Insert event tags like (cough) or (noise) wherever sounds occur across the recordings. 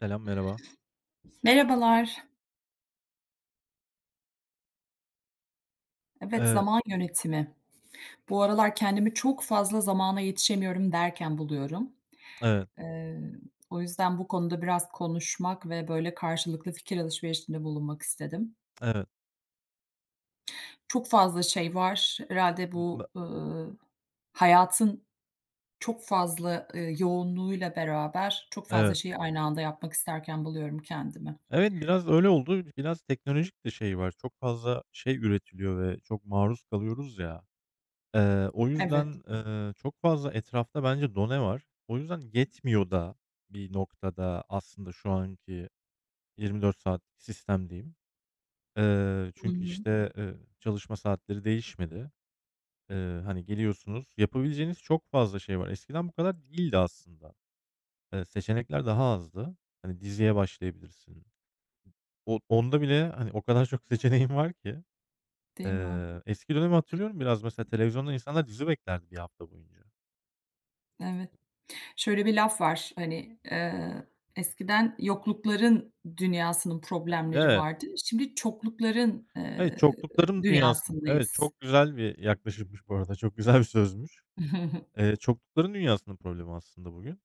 Selam, merhaba. Merhabalar. Evet, Eee, zaman yönetimi. Bu aralar kendimi çok fazla zamana yetişemiyorum derken buluyorum. evet, Eee, o yüzden bu konuda biraz konuşmak ve böyle karşılıklı fikir alışverişinde bulunmak istedim. evet, Çok fazla şey var. Herhâlde b hayatın çok fazla, yoğunluğuyla beraber çok fazla evet. şeyi aynı anda yapmak isterken buluyorum kendimi. Evet, biraz öyle oldu. Biraz teknolojik de şey var. Çok fazla şey üretiliyor ve çok maruz kalıyoruz ya. O Evet. yüzden, çok fazla etrafta bence done var. O yüzden yetmiyor da bir noktada aslında şu anki 24 saatlik sistem diyeyim. Hı Çünkü, hı. işte, çalışma saatleri değişmedi. Hani, geliyorsunuz, yapabileceğiniz çok fazla şey var. Eskiden bu kadar değildi aslında. Seçenekler daha azdı. Hani, diziye başlayabilirsin. O onda bile, hani, o kadar çok (laughs) seçeneğin var ki. Değil mi? Eski dönemi hatırlıyorum biraz mesela televizyonda insanlar dizi beklerdi bir hafta boyunca. Evet. Şöyle bir laf var, hani, eskiden yoklukların dünyasının E problemleri evet, vardı. Şimdi çoklukların, evet, eee, çoklukların dünyası. Evet, dünyasındayız. çok güzel bir yaklaşımmış bu arada. Çok güzel bir sözmüş. (laughs) Çoklukların dünyasının problemi aslında bugün.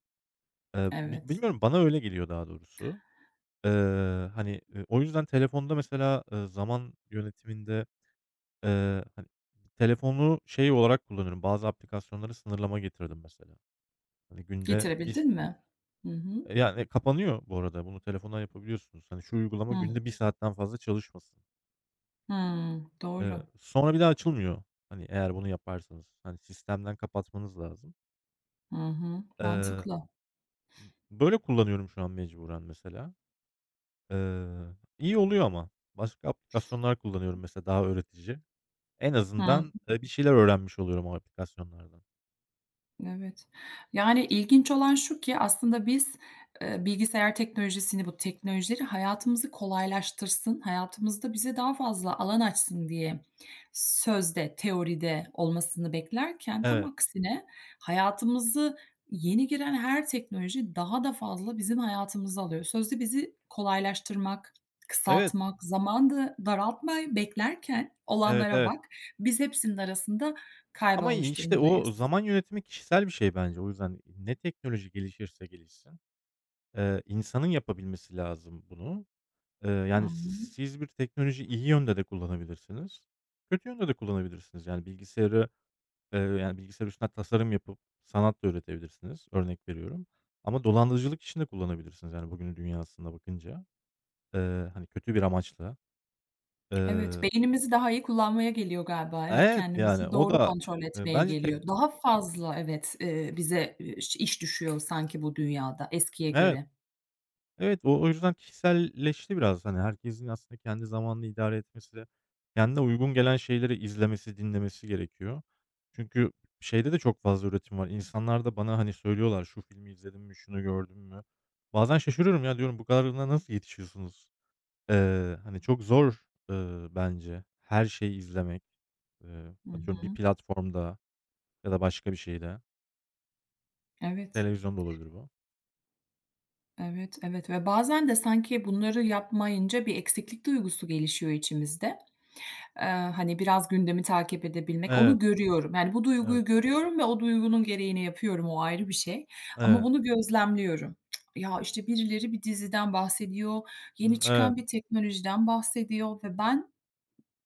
Bi Evet. Bilmiyorum, bana öyle geliyor daha doğrusu. Eee, Hani, o yüzden telefonda mesela, zaman yönetiminde. Hani, telefonu şey olarak kullanıyorum, bazı aplikasyonları sınırlama getirdim mesela. Hani, günde bis Getirebildin mi? Hı hı. Yani, kapanıyor bu arada, bunu telefondan yapabiliyorsunuz. Hani, şu uygulama Hıh. günde bir saatten fazla çalışmasın. Hımm. Doğru. Sonra bir daha açılmıyor, hani, eğer bunu yaparsanız. Hani, sistemden kapatmanız lazım. Hı hı. Eee, Mantıklı. Böyle kullanıyorum şu an mecburen mesela. Eee, iyi oluyor ama. Başka aplikasyonlar kullanıyorum mesela daha öğretici. En Hı. azından, bir şeyler öğrenmiş oluyorum o aplikasyonlardan. Evet. Yani, ilginç olan şu ki aslında biz, bilgisayar teknolojisini, bu teknolojileri hayatımızı kolaylaştırsın, hayatımızda bize daha fazla alan açsın diye sözde, teoride olmasını beklerken tam Evet. aksine hayatımızı yeni giren her teknoloji daha da fazla bizim hayatımızı alıyor. Sözde bizi kolaylaştırmak, Evet, kısaltmak, zaman da daraltmayı beklerken evet, olanlara evet. bak, biz hepsinin arasında Ama, kaybolmuş işte, o durumdayız. zaman yönetimi kişisel bir şey bence. O yüzden ne teknoloji gelişirse gelişsin, insanın yapabilmesi lazım bunu. Hı Yani, hı. siz bir teknolojiyi iyi yönde de kullanabilirsiniz, kötü yönde de kullanabilirsiniz. Yani, bilgisayarı, yani, bilgisayar üstünden tasarım yapıp sanat da üretebilirsiniz, örnek veriyorum. Ama dolandırıcılık için de kullanabilirsiniz, yani, bugünün dünyasında bakınca, hani, kötü bir amaçla. Evet, Eee beynimizi daha iyi kullanmaya geliyor galiba. Evet, Evet, yani, kendimizi o doğru da, kontrol etmeye bence tek. geliyor. Daha fazla evet, bize, iş düşüyor sanki bu dünyada eskiye Evet. göre. Evet, o yüzden kişiselleşti biraz. Hani, herkesin aslında kendi zamanını idare etmesi de kendine uygun gelen şeyleri izlemesi, dinlemesi gerekiyor. Çünkü şeyde de çok fazla üretim var. İnsanlar da bana, hani, söylüyorlar, "Şu filmi izledim mi? Şunu gördüm mü?" Bazen şaşırıyorum ya, diyorum, "Bu kadarına nasıl yetişiyorsunuz?" Hani, çok zor, bence her şeyi izlemek. Hı Atıyorum bir hı. platformda ya da başka bir şeyde. Evet. Televizyon olabilir bu. Evet, evet ve bazen de sanki bunları yapmayınca bir eksiklik duygusu gelişiyor içimizde. Eee, hani, biraz gündemi takip edebilmek, onu Evet, görüyorum. Yani, bu evet, duyguyu görüyorum ve o duygunun gereğini yapıyorum, o ayrı bir şey ama evet. bunu gözlemliyorum. Cık, ya, işte, birileri bir diziden bahsediyor, yeni Hımm, evet. çıkan bir teknolojiden bahsediyor ve ben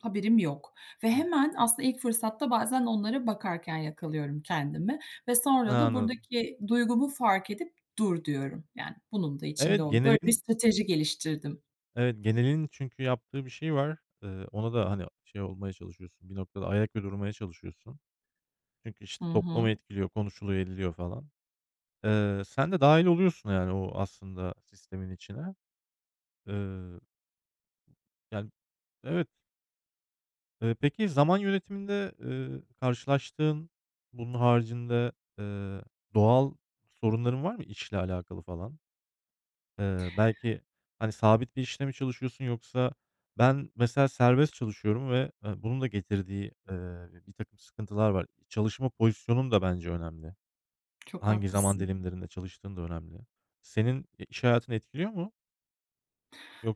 haberim yok ve Hımm. hemen aslında ilk fırsatta bazen onlara bakarken yakalıyorum kendimi ve sonra da Anladım. buradaki duygumu fark edip "Dur." diyorum. Yani bunun da içinde Evet, ol böyle bir strateji geliştirdim. evet, genelin çünkü yaptığı bir şey var. Ona da, hani, şey olmaya çalışıyorsun, bir noktada ayak uydurmaya çalışıyorsun. Çünkü, Hı işte, toplumu hı. etkiliyor, konuşuluyor, ediliyor falan. Sen de dahil oluyorsun, yani, o aslında sistemin içine. Eee, Yani, evet. Peki zaman yönetiminde, karşılaştığın, bunun haricinde, eee, doğal sorunların var mı işle alakalı falan? Belki, hani, sabit bir işte mi çalışıyorsun yoksa ben mesela serbest çalışıyorum ve, bunun da getirdiği, bir takım sıkıntılar var. Çalışma pozisyonun da bence önemli. Çok Hangi zaman haklısın. dilimlerinde çalıştığın da önemli. Senin, iş hayatını etkiliyor mu?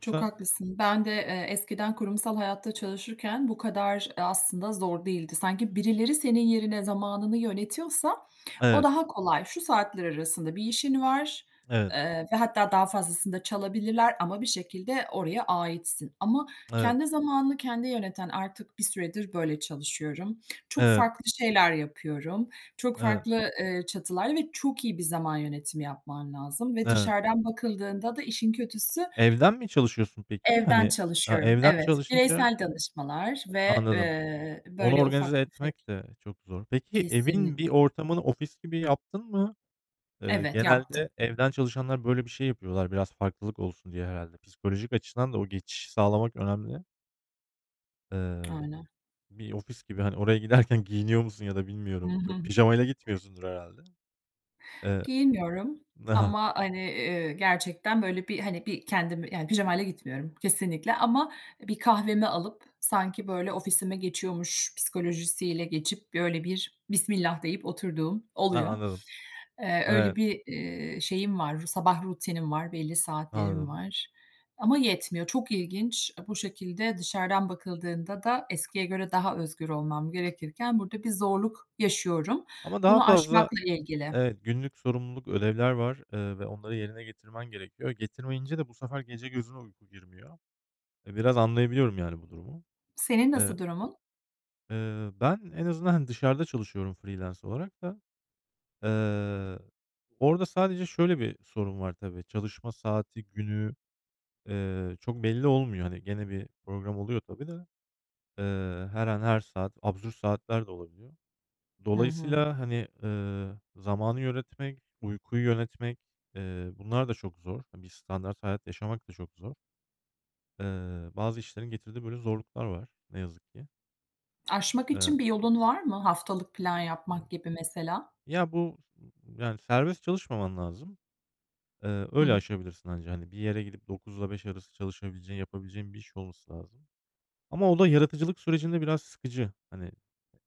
Çok haklısın. Ben de, eskiden kurumsal hayatta çalışırken bu kadar, aslında zor değildi. Sanki birileri senin yerine zamanını yönetiyorsa o evet, daha kolay. Şu saatler arasında bir işin var, evet, ve hatta daha fazlasını da çalabilirler ama bir şekilde oraya aitsin. Ama evet, kendi zamanını kendi yöneten artık bir süredir böyle çalışıyorum. Çok evet, farklı şeyler yapıyorum. Çok evet, farklı, çatılarda ve çok iyi bir zaman yönetimi yapman lazım ve evet. dışarıdan bakıldığında da işin kötüsü. Evden mi çalışıyorsun peki? Evden Hani, çalışıyorum. evden Evet, çalışınca bireysel danışmalar ve, anladım. eee, Onu böyle ufak organize tefek etmek de çok zor. Peki kesinlik. evin bir ortamını ofis gibi yaptın mı? Evet, yaptım. Genelde evden çalışanlar böyle bir şey yapıyorlar biraz farklılık olsun diye herhâlde. Psikolojik açıdan da o geçişi sağlamak önemli. Eee, Aynen. Bir ofis gibi, hani, oraya giderken (laughs) giyiniyor musun ya da Hı bilmiyorum. Yok, hı. pijamayla gitmiyorsundur herhâlde. Eee, Giyinmiyorum (laughs) ha, ama, hani, gerçekten böyle bir, hani, bir kendimi yani pijamayla gitmiyorum kesinlikle ama bir kahvemi alıp sanki böyle ofisime geçiyormuş psikolojisiyle geçip böyle bir bismillah deyip oturduğum ha, oluyor. anladım. Eee, öyle Evet, bir, eee, şeyim var, sabah rutinim var, belli saatlerim anladım. var ama yetmiyor. Çok ilginç, E, bu şekilde dışarıdan bakıldığında da eskiye göre daha özgür olmam gerekirken burada bir zorluk yaşıyorum. Ama daha Bunu fazla, aşmakla ilgili. evet, günlük sorumluluk, ödevler var, ve onları yerine getirmen gerekiyor. Getirmeyince de bu sefer gece gözüne uyku girmiyor. Biraz anlayabiliyorum yani bu durumu. Senin Eee, nasıl durumun? Ben en azından, hani, dışarıda çalışıyorum freelance olarak da. Eee, Orada sadece şöyle bir sorun var tabii. Çalışma saati, günü, çok belli olmuyor. Hani gene bir program oluyor tabii de, her an, her saat, absürt saatler de olabiliyor. Hı hı. Dolayısıyla, hani, zamanı yönetmek, uykuyu yönetmek, bunlar da çok zor. Hani, bir standart hayat yaşamak da çok zor. Bazı işlerin getirdiği böyle zorluklar var ne yazık ki. Aşmak Eee, için bir yolun var mı? Haftalık plan yapmak gibi mesela. Ya, bu yani serbest çalışmaman lazım. Hı Öyle hı. aşabilirsin anca. Hani, bir yere gidip dokuz ile beş arası çalışabileceğin, yapabileceğin bir iş olması lazım. Ama o da yaratıcılık sürecinde biraz sıkıcı. Hani,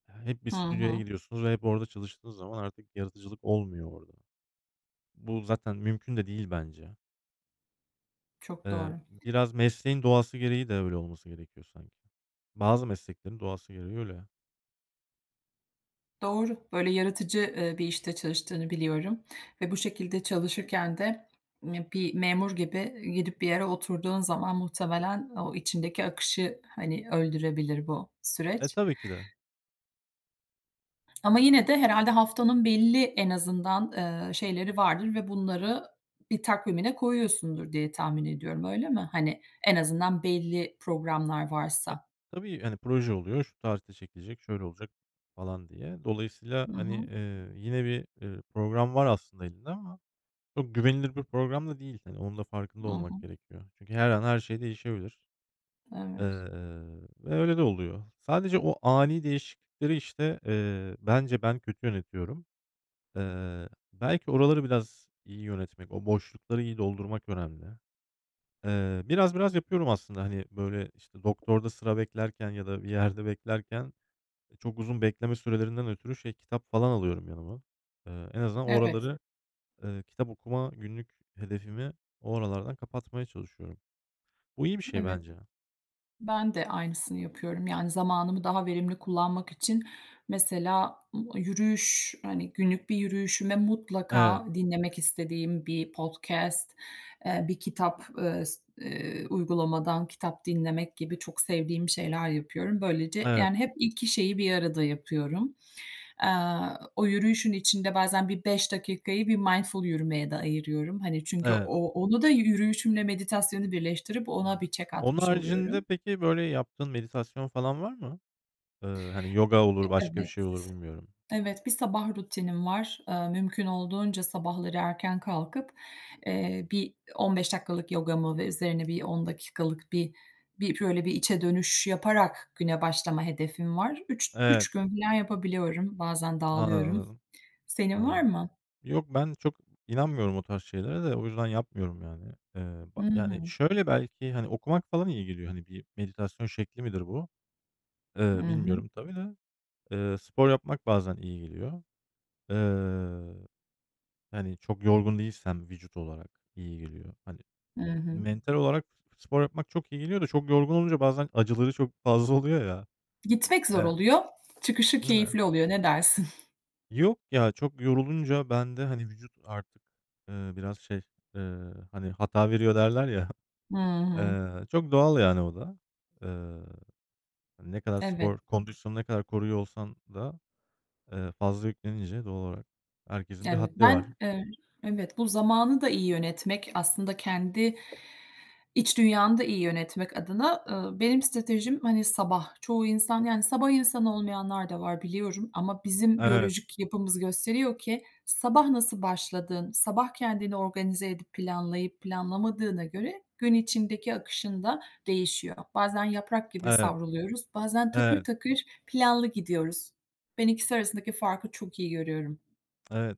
hep bir Hı stüdyoya hı. gidiyorsunuz ve hep orada çalıştığınız zaman artık yaratıcılık olmuyor orada. Bu zaten mümkün de değil bence. Çok Eee, doğru. Biraz mesleğin doğası gereği de öyle olması gerekiyor sanki. Bazı mesleklerin doğası gereği öyle. Doğru. Böyle yaratıcı, bir işte çalıştığını biliyorum ve bu şekilde çalışırken de, bir memur gibi gidip bir yere oturduğun zaman muhtemelen o içindeki akışı, hani, öldürebilir bu süreç. Tabii ki de. Ama yine de herhalde haftanın belli en azından, şeyleri vardır ve bunları bir takvimine koyuyorsundur diye tahmin ediyorum, öyle mi? Hani, en azından belli programlar E, varsa. tabii, hani, proje oluyor, şu tarihte çekilecek, şöyle olacak falan diye. Dolayısıyla, Hı hani, hı. Yine bir, program var aslında elinde ama çok güvenilir bir program da değil. Hani, onun da farkında Hı hı. olmak gerekiyor. Çünkü her an her şey değişebilir, eee, Evet. ve öyle de oluyor. Sadece o ani değişiklikleri, işte, bence ben kötü yönetiyorum. Belki oraları biraz iyi yönetmek, o boşlukları iyi doldurmak önemli. Biraz biraz yapıyorum aslında. Hani, böyle, işte, doktorda sıra beklerken ya da bir yerde beklerken çok uzun bekleme sürelerinden ötürü şey, kitap falan alıyorum yanıma. En azından Evet, oraları kitap okuma günlük hedefimi o aralardan kapatmaya çalışıyorum. Bu iyi bir şey evet. bence. Ben de aynısını yapıyorum. Yani, zamanımı daha verimli kullanmak için mesela yürüyüş, hani, günlük bir yürüyüşüme Evet, mutlaka dinlemek istediğim bir podcast, bir kitap, s uygulamadan kitap dinlemek gibi çok sevdiğim şeyler yapıyorum. Böylece, evet, yani, hep 2 şeyi bir arada yapıyorum. Eee, o yürüyüşün içinde bazen bir 5 dakikayı bir mindful yürümeye de ayırıyorum. Hani, çünkü evet. Onu da yürüyüşümle meditasyonu birleştirip ona Hımm. bir çek Onun atmış haricinde oluyorum. peki, böyle, yaptığın meditasyon falan var mı? Hani, yoga olur, başka bir Evet. şey olur, bilmiyorum. Evet, bir sabah rutinim var. Mümkün olduğunca sabahları erken kalkıp, bir 15 dakikalık yogamı ve üzerine bir 10 dakikalık bir içe dönüş yaparak güne başlama hedefim var. Üç Evet, üç gün filan yapabiliyorum. Bazen anladım, dağılıyorum. anladım, Senin var anladım. mı? Yok, ben çok inanmıyorum o tarz şeylere de o yüzden yapmıyorum yani. Eee, ba Hı Yani, hı. şöyle belki, hani, okumak falan iyi geliyor. Hani, bir meditasyon şekli midir bu? Hı hı. Bilmiyorum tabii de. Spor yapmak bazen iyi geliyor. Eee Yani, çok yorgun değilsem vücut olarak iyi geliyor. Hani, Hı hı. mental olarak spor yapmak çok iyi geliyor da çok yorgun olunca bazen acıları çok fazla oluyor ya. Gitmek zor Eee oluyor. Çıkışı keyifli oluyor. Ne dersin? Yok ya, çok yorulunca bende, hani, vücut artık, biraz şey, eee, hani, "hata veriyor" derler ya. Hı (laughs) hı. Çok doğal yani o da. Eee, Ne kadar spor Evet, kondisyonunu ne kadar koruyor olsan da, fazla yüklenince doğal olarak herkesin bir evet. haddi var. Evet, bu zamanı da iyi yönetmek, aslında kendi İç dünyanı da iyi yönetmek adına, benim stratejim, hani, sabah. Çoğu insan, yani, sabah insanı olmayanlar da var biliyorum ama bizim Evet, biyolojik yapımız gösteriyor ki sabah nasıl başladığın, sabah kendini organize edip planlayıp planlamadığına göre gün içindeki akışın da değişiyor. Bazen yaprak gibi evet, savruluyoruz, bazen takır evet, takır planlı gidiyoruz. Ben ikisi arasındaki farkı çok iyi görüyorum. evet.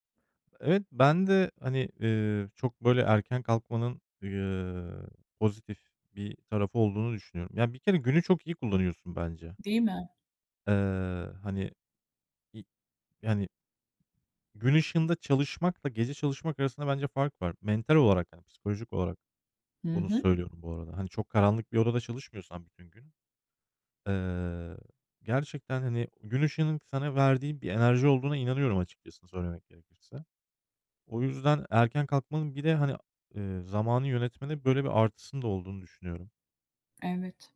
Evet, ben de, hani, çok böyle erken kalkmanın, pozitif bir tarafı olduğunu düşünüyorum. Yani bir kere günü çok iyi kullanıyorsun bence. Değil mi? Eee, Hani, i yani, gün ışığında çalışmakla gece çalışmak arasında bence fark var. Mental olarak, yani, psikolojik olarak Hı bunu hı. söylüyorum bu arada. Hani, çok karanlık bir odada çalışmıyorsan bütün gün, eee, gerçekten, hani, gün ışığının sana verdiği bir enerji olduğuna inanıyorum açıkçası söylemek gerekirse. O yüzden erken kalkmanın bir de, hani, zamanı yönetmede böyle bir artısının da olduğunu düşünüyorum. Evet.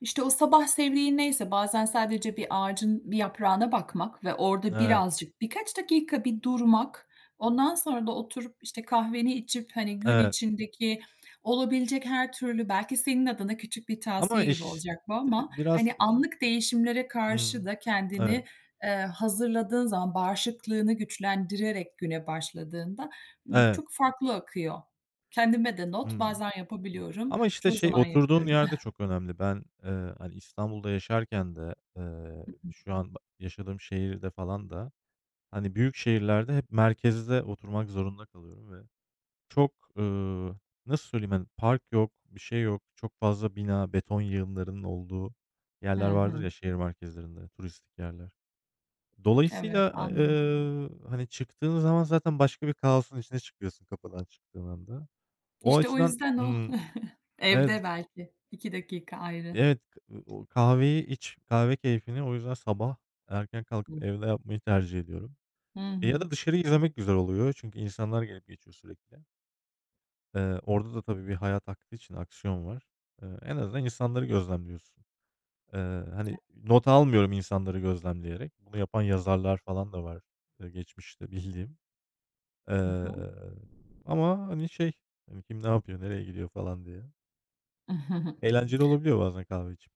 İşte o sabah sevdiğin neyse bazen sadece bir ağacın bir yaprağına bakmak ve orada Evet, birazcık birkaç dakika bir durmak, ondan sonra da oturup, işte, kahveni içip, hani, gün evet. içindeki olabilecek her türlü belki senin adına küçük bir Ama, tavsiye gibi işte, olacak bu ama, hani, biraz anlık değişimlere karşı hımm. da Evet, kendini, hazırladığın zaman bağışıklığını güçlendirerek güne başladığında, evet. çok farklı akıyor. Kendime de not, Hımm. bazen yapabiliyorum, Ama, işte, çoğu şey, zaman oturduğun yapıyorum. yerde (laughs) çok önemli. Ben, hani, İstanbul'da yaşarken de, şu an ba yaşadığım şehirde falan da, hani, büyük şehirlerde hep merkezde oturmak zorunda kalıyorum ve çok, nasıl söyleyeyim, hani, park yok, bir şey yok. Çok fazla bina, beton yığınlarının olduğu Hı yerler vardır hı. ya şehir merkezlerinde, turistik yerler. Evet, Dolayısıyla, a anlıyorum. Hani, çıktığın zaman zaten başka bir kaosun içine çıkıyorsun kapıdan çıktığın anda. O İşte o açıdan, yüzden o (laughs) evet, evde belki 2 dakika ayrı. evet, o kahveyi iç, kahve keyfini o yüzden sabah erken kalkıp evde yapmayı tercih ediyorum. Hı Ya hı. da dışarıyı izlemek güzel oluyor çünkü insanlar gelip geçiyor sürekli. Orada da tabii bir hayat aktığı için aksiyon var. En azından insanları gözlemliyorsun. Eee, Hani, not almıyorum insanları gözlemleyerek. Bunu yapan yazarlar falan da var, geçmişte bildiğim. Hı Eee, hı. Ama, hani, şey, hani, kim ne yapıyor, nereye gidiyor falan diye. Eğlenceli olabiliyor bazen kahve içip.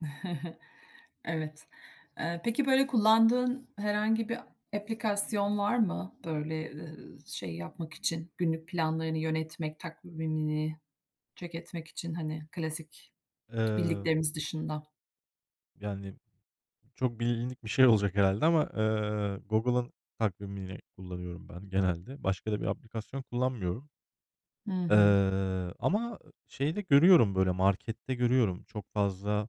(laughs) Evet. Peki böyle kullandığın herhangi bir aplikasyon var mı? Şey yapmak için, günlük planlarını yönetmek, takvimini check etmek için, hani, klasik Eee, bildiklerimiz dışında. Yani, çok bilindik bir şey olacak herhalde ama, Google'ın takvimini kullanıyorum ben genelde. Başka da bir aplikasyon kullanmıyorum. Hı hı. Ama şeyde görüyorum, böyle, markette görüyorum. Çok fazla,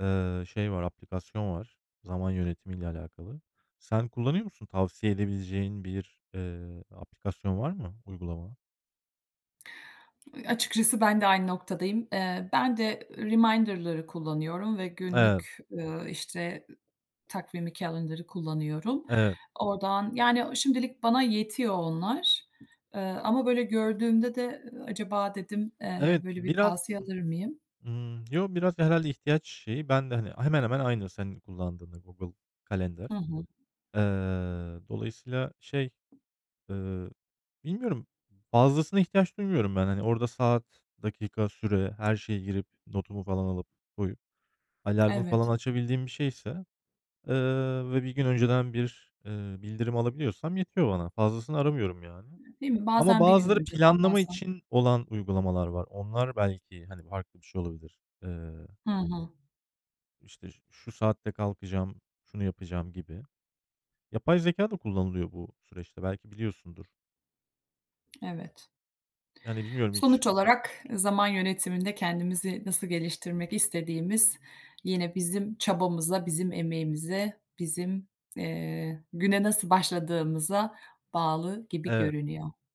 şey var, aplikasyon var zaman yönetimiyle alakalı. Sen kullanıyor musun? Tavsiye edebileceğin bir, aplikasyon var mı, uygulama? Açıkçası ben de aynı noktadayım. Ben de reminder'ları kullanıyorum ve Evet, günlük, işte, takvimi, calendar'ı kullanıyorum. evet. Oradan, yani, şimdilik bana yetiyor onlar, ama böyle gördüğümde de, acaba dedim, Evet, böyle bir biraz, tavsiye alır mıyım? Yo, biraz herhalde ihtiyaç şeyi. Ben de, hani, hemen hemen aynı senin kullandığınla Google Kalender. Hı hı. Eee, Dolayısıyla şey. Eee, Bilmiyorum, fazlasına ihtiyaç duymuyorum ben. Hani, orada saat, dakika, süre, her şeye girip notumu falan alıp koyup alarmı falan Evet. açabildiğim bir şeyse, eee, ve bir gün önceden bir, bildirim alabiliyorsam yetiyor bana. Fazlasını aramıyorum yani. Değil mi? Ama Bazen bir gün bazıları önceden, planlama bazen için olan uygulamalar var. Onlar belki, hani, farklı bir şey olabilir. Hı hı. İşte, şu saatte kalkacağım, şunu yapacağım gibi. Yapay zeka da kullanılıyor bu süreçte. Belki biliyorsundur. Evet. Yani, bilmiyorum hiç, Sonuç olarak zaman yönetiminde kendimizi nasıl geliştirmek istediğimiz yine bizim çabamıza, bizim emeğimize, bizim, güne nasıl başladığımıza bağlı gibi eee görünüyor.